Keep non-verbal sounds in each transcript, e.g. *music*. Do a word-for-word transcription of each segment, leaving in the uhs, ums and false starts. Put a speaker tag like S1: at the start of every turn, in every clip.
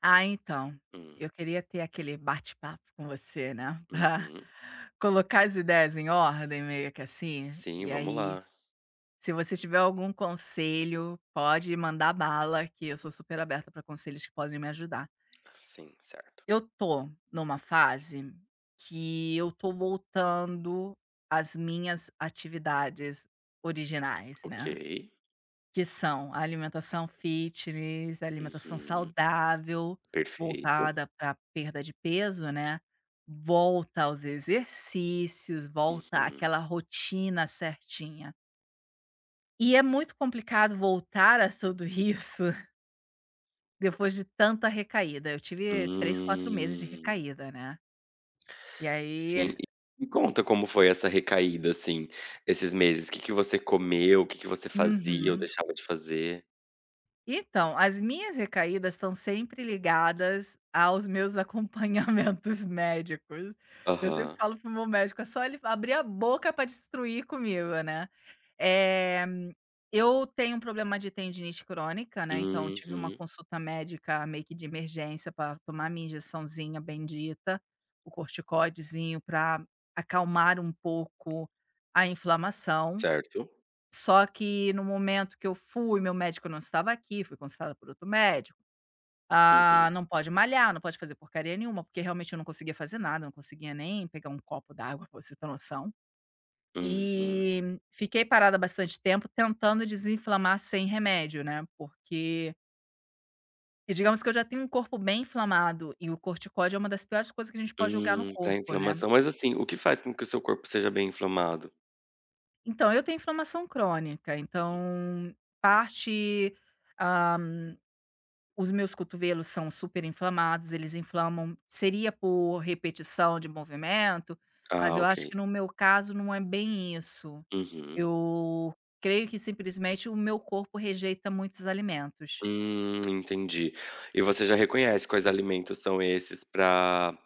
S1: Ah, então,
S2: Hum,
S1: eu queria ter aquele bate-papo com você, né, *laughs* pra
S2: uhum.
S1: colocar as ideias em ordem, meio que assim.
S2: Sim,
S1: E
S2: vamos
S1: aí,
S2: lá.
S1: se você tiver algum conselho, pode mandar bala, que eu sou super aberta para conselhos que podem me ajudar.
S2: Sim, certo.
S1: Eu tô numa fase que eu tô voltando às minhas atividades originais,
S2: Ok.
S1: né. Que são a alimentação fitness, a alimentação
S2: Uhum.
S1: saudável,
S2: Perfeito.
S1: voltada para perda de peso, né, volta aos exercícios, volta
S2: Uhum.
S1: àquela rotina certinha. E é muito complicado voltar a tudo isso *laughs* depois de tanta recaída. Eu tive três, quatro meses de
S2: Hum.
S1: recaída, né. E aí
S2: Sim. E me conta como foi essa recaída, assim, esses meses. O que que você comeu, o que que você fazia ou
S1: uhum.
S2: deixava de fazer?
S1: Então, as minhas recaídas estão sempre ligadas aos meus acompanhamentos *laughs* médicos. Eu sempre
S2: Aham.
S1: falo para o meu médico, é só ele abrir a boca para destruir comigo, né. Eh, eu tenho um problema de tendinite crônica, né, então tive uma
S2: Uhum.
S1: consulta médica meio que de emergência para tomar minha injeçãozinha bendita, o corticoidezinho para acalmar um pouco a inflamação,
S2: Certo.
S1: só que no momento que eu fui, meu médico não estava aqui, fui consultada por outro médico. Ah,
S2: Uhum.
S1: não pode malhar, não pode fazer porcaria nenhuma, porque realmente eu não conseguia fazer nada, não conseguia nem pegar um copo d'água, pra você ter noção.
S2: Uhum.
S1: E fiquei parada bastante tempo tentando desinflamar sem remédio, né, porque e digamos que eu já tenho um corpo bem inflamado e o corticóide é uma das piores coisas que a gente pode jogar no
S2: Hum, pra
S1: corpo, né.
S2: inflamação. Mas, assim, o que faz com que o seu corpo seja bem inflamado?
S1: Então eu tenho inflamação crônica,
S2: Uhum.
S1: então parte os meus cotovelos são super inflamados, eles inflamam seria por repetição de movimento, mas
S2: Ah,
S1: eu
S2: ok.
S1: acho que no meu caso não é bem isso.
S2: Uhum.
S1: Eu creio que simplesmente o meu corpo rejeita muitos alimentos.
S2: Hum, entendi. E você já reconhece quais alimentos são esses para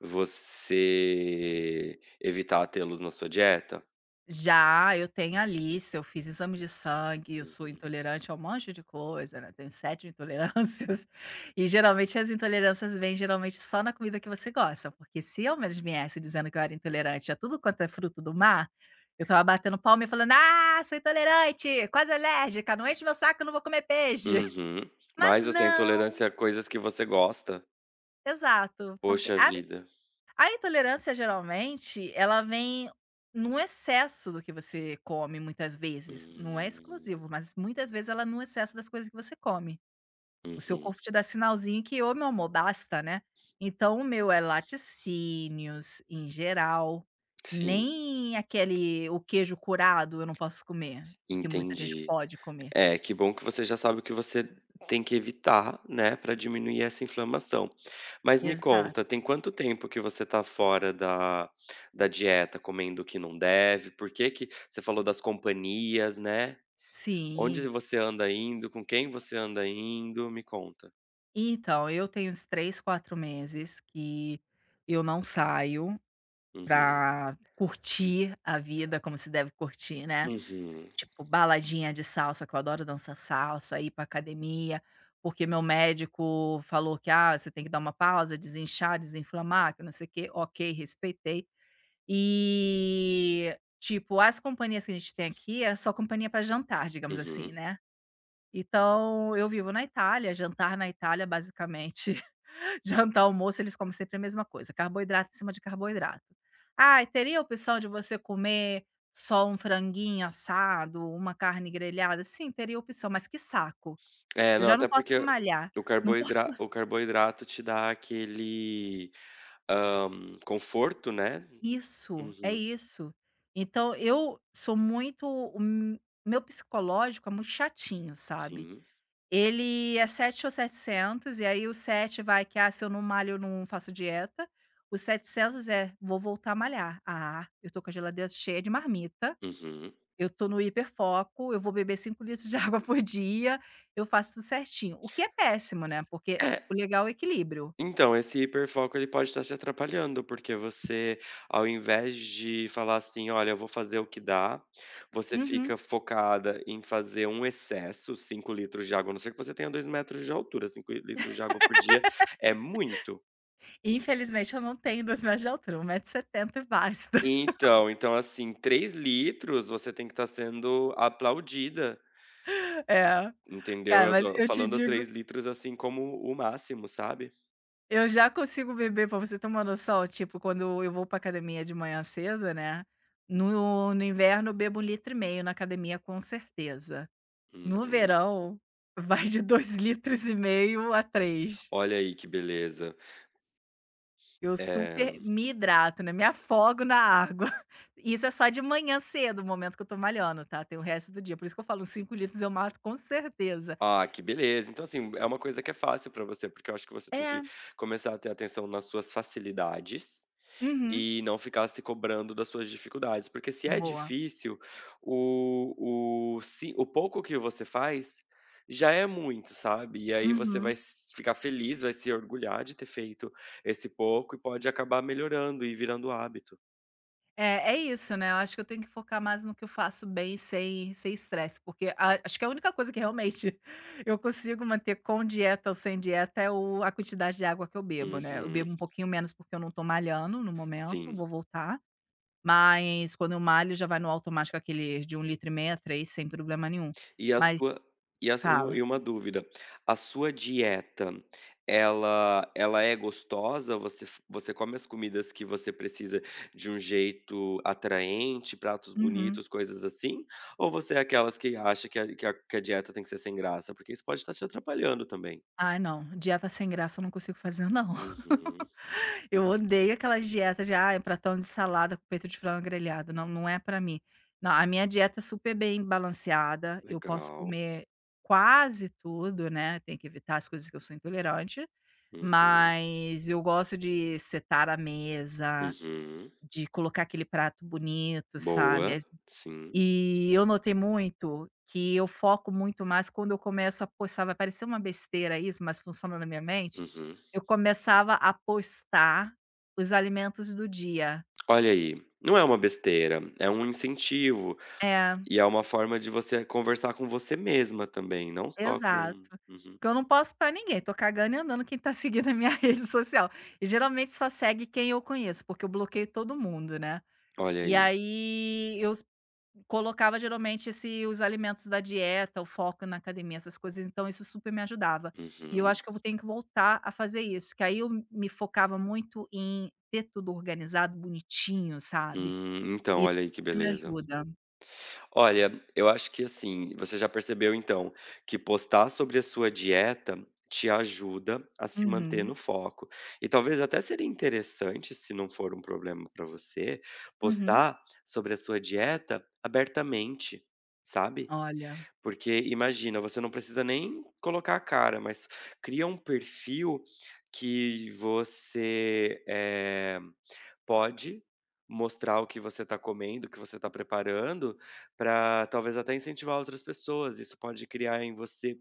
S2: você evitar tê-los na sua dieta?
S1: Já, eu tenho a lista, eu fiz exame de sangue, eu sou
S2: Uhum.
S1: intolerante a um monte de coisa, né, tenho sete intolerâncias, *laughs* e geralmente as intolerâncias vêm geralmente só na comida que você gosta, porque se eu mesmo viesse dizendo que eu era intolerante a tudo quanto é fruto do mar, eu estava batendo palma e falando: "Ah, sou intolerante, quase alérgica, não enche meu saco, eu não vou comer peixe". *laughs*
S2: Uhum.
S1: Mas
S2: Mas você é
S1: não,
S2: intolerância a coisas que você gosta?
S1: exato, porque
S2: Poxa vida.
S1: a intolerância geralmente, ela vem num excesso do que você come muitas vezes, não é
S2: Hum,
S1: exclusivo, mas muitas vezes ela é no excesso das coisas que você come. O seu
S2: uhum.
S1: corpo te dá sinalzinho que: "Ô, meu amor, basta, né". Então o meu é laticínios em geral,
S2: Sim,
S1: nem aquele o queijo curado eu não posso comer, o que muita gente
S2: entendi.
S1: pode comer.
S2: É, que bom que você já sabe o que você tem que evitar, né, para diminuir essa inflamação. Mas me
S1: Exato.
S2: conta, tem quanto tempo que você tá fora da da dieta, comendo o que não deve? Por que que você falou das companhias, né. Onde
S1: Sim.
S2: você anda indo, com quem você anda indo? Me conta.
S1: Então, eu tenho uns três, quatro meses que eu não saio
S2: Uhum.
S1: pra curtir a vida como se deve curtir, né.
S2: Uhum.
S1: Tipo, baladinha de salsa, que eu adoro dançar salsa, ir pra academia, porque meu médico falou que: "Ah, você tem que dar uma pausa, desinchar, desinflamar, que não sei o quê". Ok, respeitei. E, tipo, as companhias que a gente tem aqui é só companhia pra jantar, digamos assim,
S2: Uhum.
S1: né. Então, eu vivo na Itália, jantar na Itália basicamente, *laughs* jantar, almoço, eles comem sempre a mesma coisa, carboidrato em cima de carboidrato. "Ai, teria a opção de você comer só um franguinho assado, uma carne grelhada?" "Sim, teria opção, mas que saco,
S2: É,
S1: eu
S2: não,
S1: já não
S2: até
S1: posso
S2: porque
S1: malhar,
S2: o
S1: não posso."
S2: carboidra
S1: *laughs*
S2: o carboidrato te dá aquele, hã, conforto, né.
S1: Isso, é
S2: Uhum.
S1: isso. Então eu sou muito o m- meu psicológico é muito chatinho, sabe.
S2: Sim.
S1: Ele é sete ou setecentos e aí o sete vai que: "Ah, se eu não malho, eu não faço dieta". O setecentos é: "Vou voltar a malhar". "Ah, eu tô com a geladeira cheia de marmita,
S2: Uhum.
S1: eu tô no hiperfoco, eu vou beber cinco litros de *laughs* água por dia, eu faço tudo certinho". O que é péssimo, né, porque é, o
S2: É.
S1: legal é o equilíbrio.
S2: Então, esse hiperfoco ele pode estar te atrapalhando, porque você, ao invés de falar assim: "Olha, eu vou fazer o que dá", você
S1: Uhum.
S2: fica focada em fazer um excesso, cinco litros de água, a não ser que você tenha dois metros de altura, cinco litros de água por dia é muito.
S1: Infelizmente eu não tenho dois metros de altura, um metro e setenta m e setenta e basta. *laughs*
S2: Então então, assim, três litros você tem que estar sendo aplaudida,
S1: É.
S2: entendeu?
S1: Cara,
S2: Eu
S1: mas
S2: tô
S1: eu te
S2: falando
S1: digo,
S2: três litros, assim, como o máximo, sabe?
S1: eu já consigo beber, pra você ter uma noção, tipo, quando eu vou pra academia de manhã cedo, né, no no inverno eu bebo um litro e meio na academia com certeza. No
S2: Uhum.
S1: verão, *laughs* vai de dois litros e meio a três.
S2: Olha aí que beleza.
S1: Eu
S2: É
S1: super me hidrato, né, me afogo na água. *laughs* Isso é só de manhã cedo, o momento que eu tô malhando, tá, tem o resto do dia, por isso que eu falo cinco litros eu mato com certeza.
S2: Ah, que beleza. Então, assim, é uma coisa que é fácil pra você, porque eu acho que você tem
S1: É,
S2: que começar a ter atenção nas suas facilidades
S1: uhum.
S2: e não ficar se cobrando das suas dificuldades, porque se é
S1: Boa.
S2: difícil, o o se o pouco que você faz já é muito, sabe. E aí você vai
S1: Uhum.
S2: s ficar feliz, vai se orgulhar de ter feito esse pouco e pode acabar melhorando e virando hábito.
S1: É, é isso, né, eu acho que eu tenho que focar mais no que eu faço bem sem sem estresse, porque a acho que a única coisa que realmente *laughs* eu consigo manter com dieta ou sem dieta é o a quantidade de água que eu bebo, né. Eu
S2: Uhum,
S1: bebo um pouquinho menos porque eu não tô malhando no momento,
S2: sim.
S1: vou voltar, mas quando eu malho já vai no automático aquele de um litro, e meio a três sem problema nenhum.
S2: E a
S1: Mas
S2: sua e a su
S1: fala.
S2: e uma dúvida, a sua dieta, ela ela é gostosa? Você f você come as comidas que você precisa de um jeito atraente, pratos
S1: Uhum.
S2: bonitos, coisas assim? Ou você é aquelas que acha que a que a que a dieta tem que ser sem graça? Porque isso pode estar te atrapalhando também.
S1: Ai não, dieta sem graça eu não consigo fazer não.
S2: Uhum.
S1: *laughs* Eu odeio aquelas dietas de: "Ai, pratão de salada com peito de frango grelhado", não, não é pra mim. Não, a minha dieta é super bem balanceada, eu posso
S2: Legal.
S1: comer quase tudo, né, tem que evitar as coisas que eu sou intolerante,
S2: Uhum.
S1: mas eu gosto de setar a mesa,
S2: Uhum.
S1: de colocar aquele prato bonito, sabe.
S2: Boa. Sim.
S1: E eu notei muito que eu foco muito mais quando eu começo a postar, vai parecer uma besteira isso, mas funciona na minha mente,
S2: Uhum.
S1: eu começava a postar os alimentos do dia.
S2: Olha aí, não é uma besteira, é um incentivo.
S1: É,
S2: E é uma forma de você conversar com você mesma também, não só com.
S1: exato.
S2: Uhum.
S1: Porque eu não posso pra ninguém, tô cagando e andando quem tá *laughs* seguindo a minha *laughs* rede social. E geralmente só segue quem eu conheço, porque eu bloqueio todo mundo, né.
S2: Olha
S1: E
S2: aí.
S1: aí eu colocava geralmente esse os alimentos da dieta, o foco na academia, essas coisas, então isso super me ajudava. E eu
S2: Uhum.
S1: acho que eu vou ter que voltar a fazer isso, que aí eu me focava muito em ter tudo organizado, bonitinho, sabe.
S2: Hum,
S1: E
S2: então,
S1: isso
S2: olha aí que
S1: me
S2: beleza.
S1: ajuda.
S2: Olha, eu acho que, assim, você já percebeu então que postar sobre a sua dieta te ajuda a se manter
S1: Uhum,
S2: no foco. E talvez até seria interessante, se não for um problema para você,
S1: uhum.
S2: postar sobre a sua dieta abertamente, sabe?
S1: Olha,
S2: Porque imagina, você não precisa nem colocar a cara, mas cria um perfil que você, eh, pode mostrar o que você está comendo, o que você está preparando, para talvez até incentivar outras pessoas. Isso pode criar em você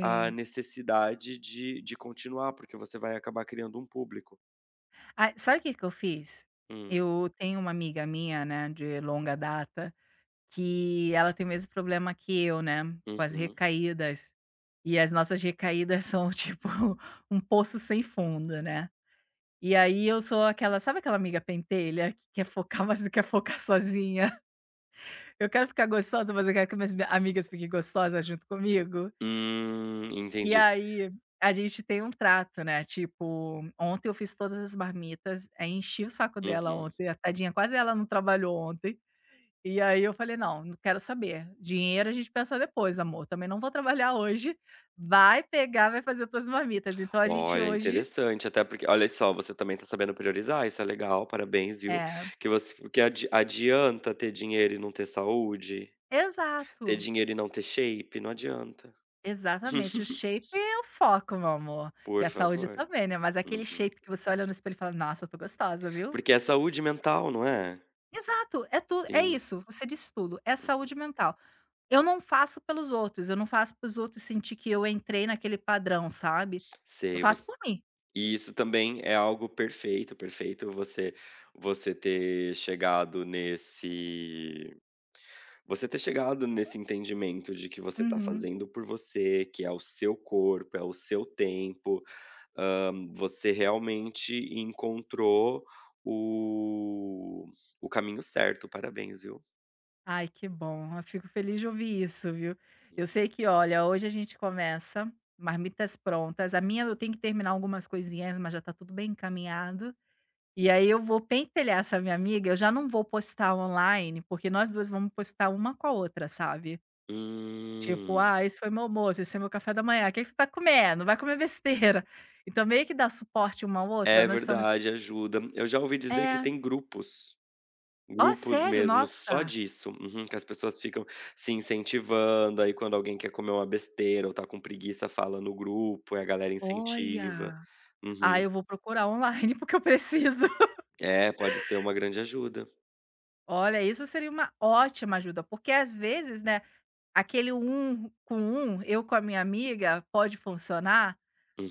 S2: a necessidade de de continuar, porque você vai acabar criando um público.
S1: Ah, sabe o que que eu fiz?
S2: Hum,
S1: Eu tenho uma amiga minha, né, de longa data, que ela tem o mesmo problema que eu, né, com as
S2: uhum.
S1: recaídas. E as nossas recaídas são *laughs* tipo um poço sem fundo, né. E aí eu sou aquela, sabe aquela amiga pentelha que quer focar, *laughs* mas não quer focar sozinha? *laughs* Eu quero ficar gostosa, mas eu quero que minhas mi- amigas fiquem gostosas junto comigo.
S2: Hum,
S1: E
S2: entendi.
S1: aí, a gente tem um trato, né, tipo, ontem eu fiz todas as marmitas, aí enchi o saco dela
S2: Uhum.
S1: ontem, a tadinha, quase ela não trabalhou ontem. E aí eu falei: "Não, não quero saber. Dinheiro a gente pensa depois, amor. Também não vou trabalhar hoje. Vai pegar, vai fazer tuas marmitas". Então a gente
S2: Olha,
S1: hoje
S2: interessante, até porque olha só, você também tá sabendo priorizar, isso é legal, parabéns, viu.
S1: é,
S2: Que você porque adi Adianta ter dinheiro e não ter saúde? Ter
S1: exato,
S2: dinheiro e não ter shape? Não adianta.
S1: exatamente. O
S2: *laughs*
S1: shape é o foco, meu amor. E
S2: Por
S1: a saúde
S2: favor.
S1: também, né, mas é aquele
S2: Uhum.
S1: shape que você olha no espelho e fala: "Nossa, eu tô gostosa, viu?".
S2: Porque é saúde mental, não é?
S1: Exato, é tu é
S2: Sim,
S1: isso, você disse tudo. É saúde mental. Eu não faço pelos outros, eu não faço para os outros sentir que eu entrei naquele padrão, sabe. Eu
S2: sei,
S1: faço
S2: você
S1: por mim.
S2: e isso também é algo perfeito, perfeito você você ter chegado nesse Você ter chegado nesse entendimento de que você está
S1: Uhum.
S2: fazendo por você, que é o seu corpo, é o seu tempo, hã, você realmente encontrou o o caminho certo, parabéns, viu.
S1: Ai, que bom. Eu fico feliz de ouvir isso, viu. Eu sei que, olha, hoje a gente começa, marmitas prontas. A minha eu tenho que terminar algumas coisinhas, mas já tá tudo bem encaminhado. E aí eu vou pentelhar essa minha amiga, eu já não vou postar online, porque nós duas vamos postar uma com a outra, sabe. Tipo:
S2: Hum,
S1: "Ah, esse foi meu almoço, esse é meu café da manhã, o que é que você tá comendo? Vai comer besteira". Então meio que dá suporte uma à outra,
S2: é
S1: nós estamos
S2: verdade, ajuda. Eu já ouvi dizer que
S1: é.
S2: tem grupos,
S1: Oh,
S2: grupos
S1: sério?
S2: mesmo só
S1: Nossa.
S2: disso, uhum, que as pessoas ficam se incentivando, aí quando alguém quer comer uma besteira ou tá com preguiça fala no grupo, e a galera incentiva.
S1: Olha. Ah,
S2: Uhum.
S1: eu vou procurar online, *laughs* porque eu preciso.
S2: É, pode ser uma grande ajuda.
S1: Olha, isso seria uma ótima ajuda, porque às vezes, né, aquele um com um, eu com a minha amiga, pode funcionar,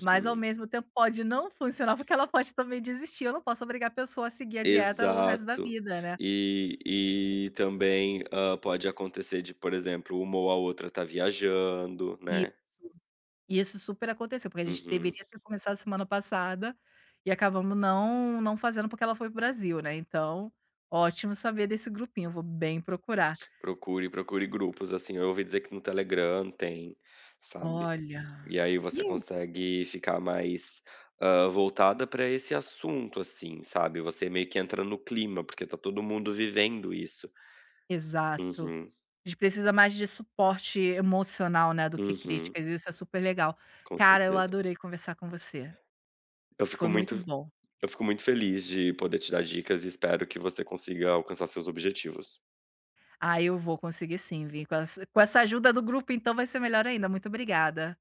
S1: mas ao mesmo tempo pode não funcionar, porque ela pode também desistir. Eu não posso obrigar a pessoa a seguir a dieta o resto da
S2: Exato.
S1: vida, né?
S2: E e também, hã, pode acontecer de, por exemplo, uma ou a outra tá viajando,
S1: E
S2: né.
S1: isso super aconteceu, porque a gente
S2: Uhum.
S1: deveria ter começado semana passada e acabamos não não fazendo porque ela foi para o Brasil, né? Então, ótimo saber desse grupinho, vou bem procurar.
S2: Procure procure grupos, assim, eu ouvi dizer que no Telegram tem, sabe.
S1: Olha.
S2: E aí você
S1: E
S2: consegue ficar mais, hã, voltada para esse assunto, assim, sabe. Você meio que entra no clima, porque tá todo mundo vivendo isso.
S1: exato.
S2: Uhum.
S1: A gente precisa mais de suporte emocional, né, do que
S2: Uhum.
S1: críticas, e isso é super legal.
S2: Com
S1: Cara, eu
S2: certeza.
S1: adorei conversar com você.
S2: Eu
S1: Isso
S2: fico
S1: foi muito
S2: muito
S1: bom.
S2: Eu fico muito feliz de poder te dar dicas e espero que você consiga alcançar seus objetivos.
S1: Ah, eu vou conseguir sim, vim com essa com essa ajuda do grupo, então vai ser melhor ainda. Muito obrigada.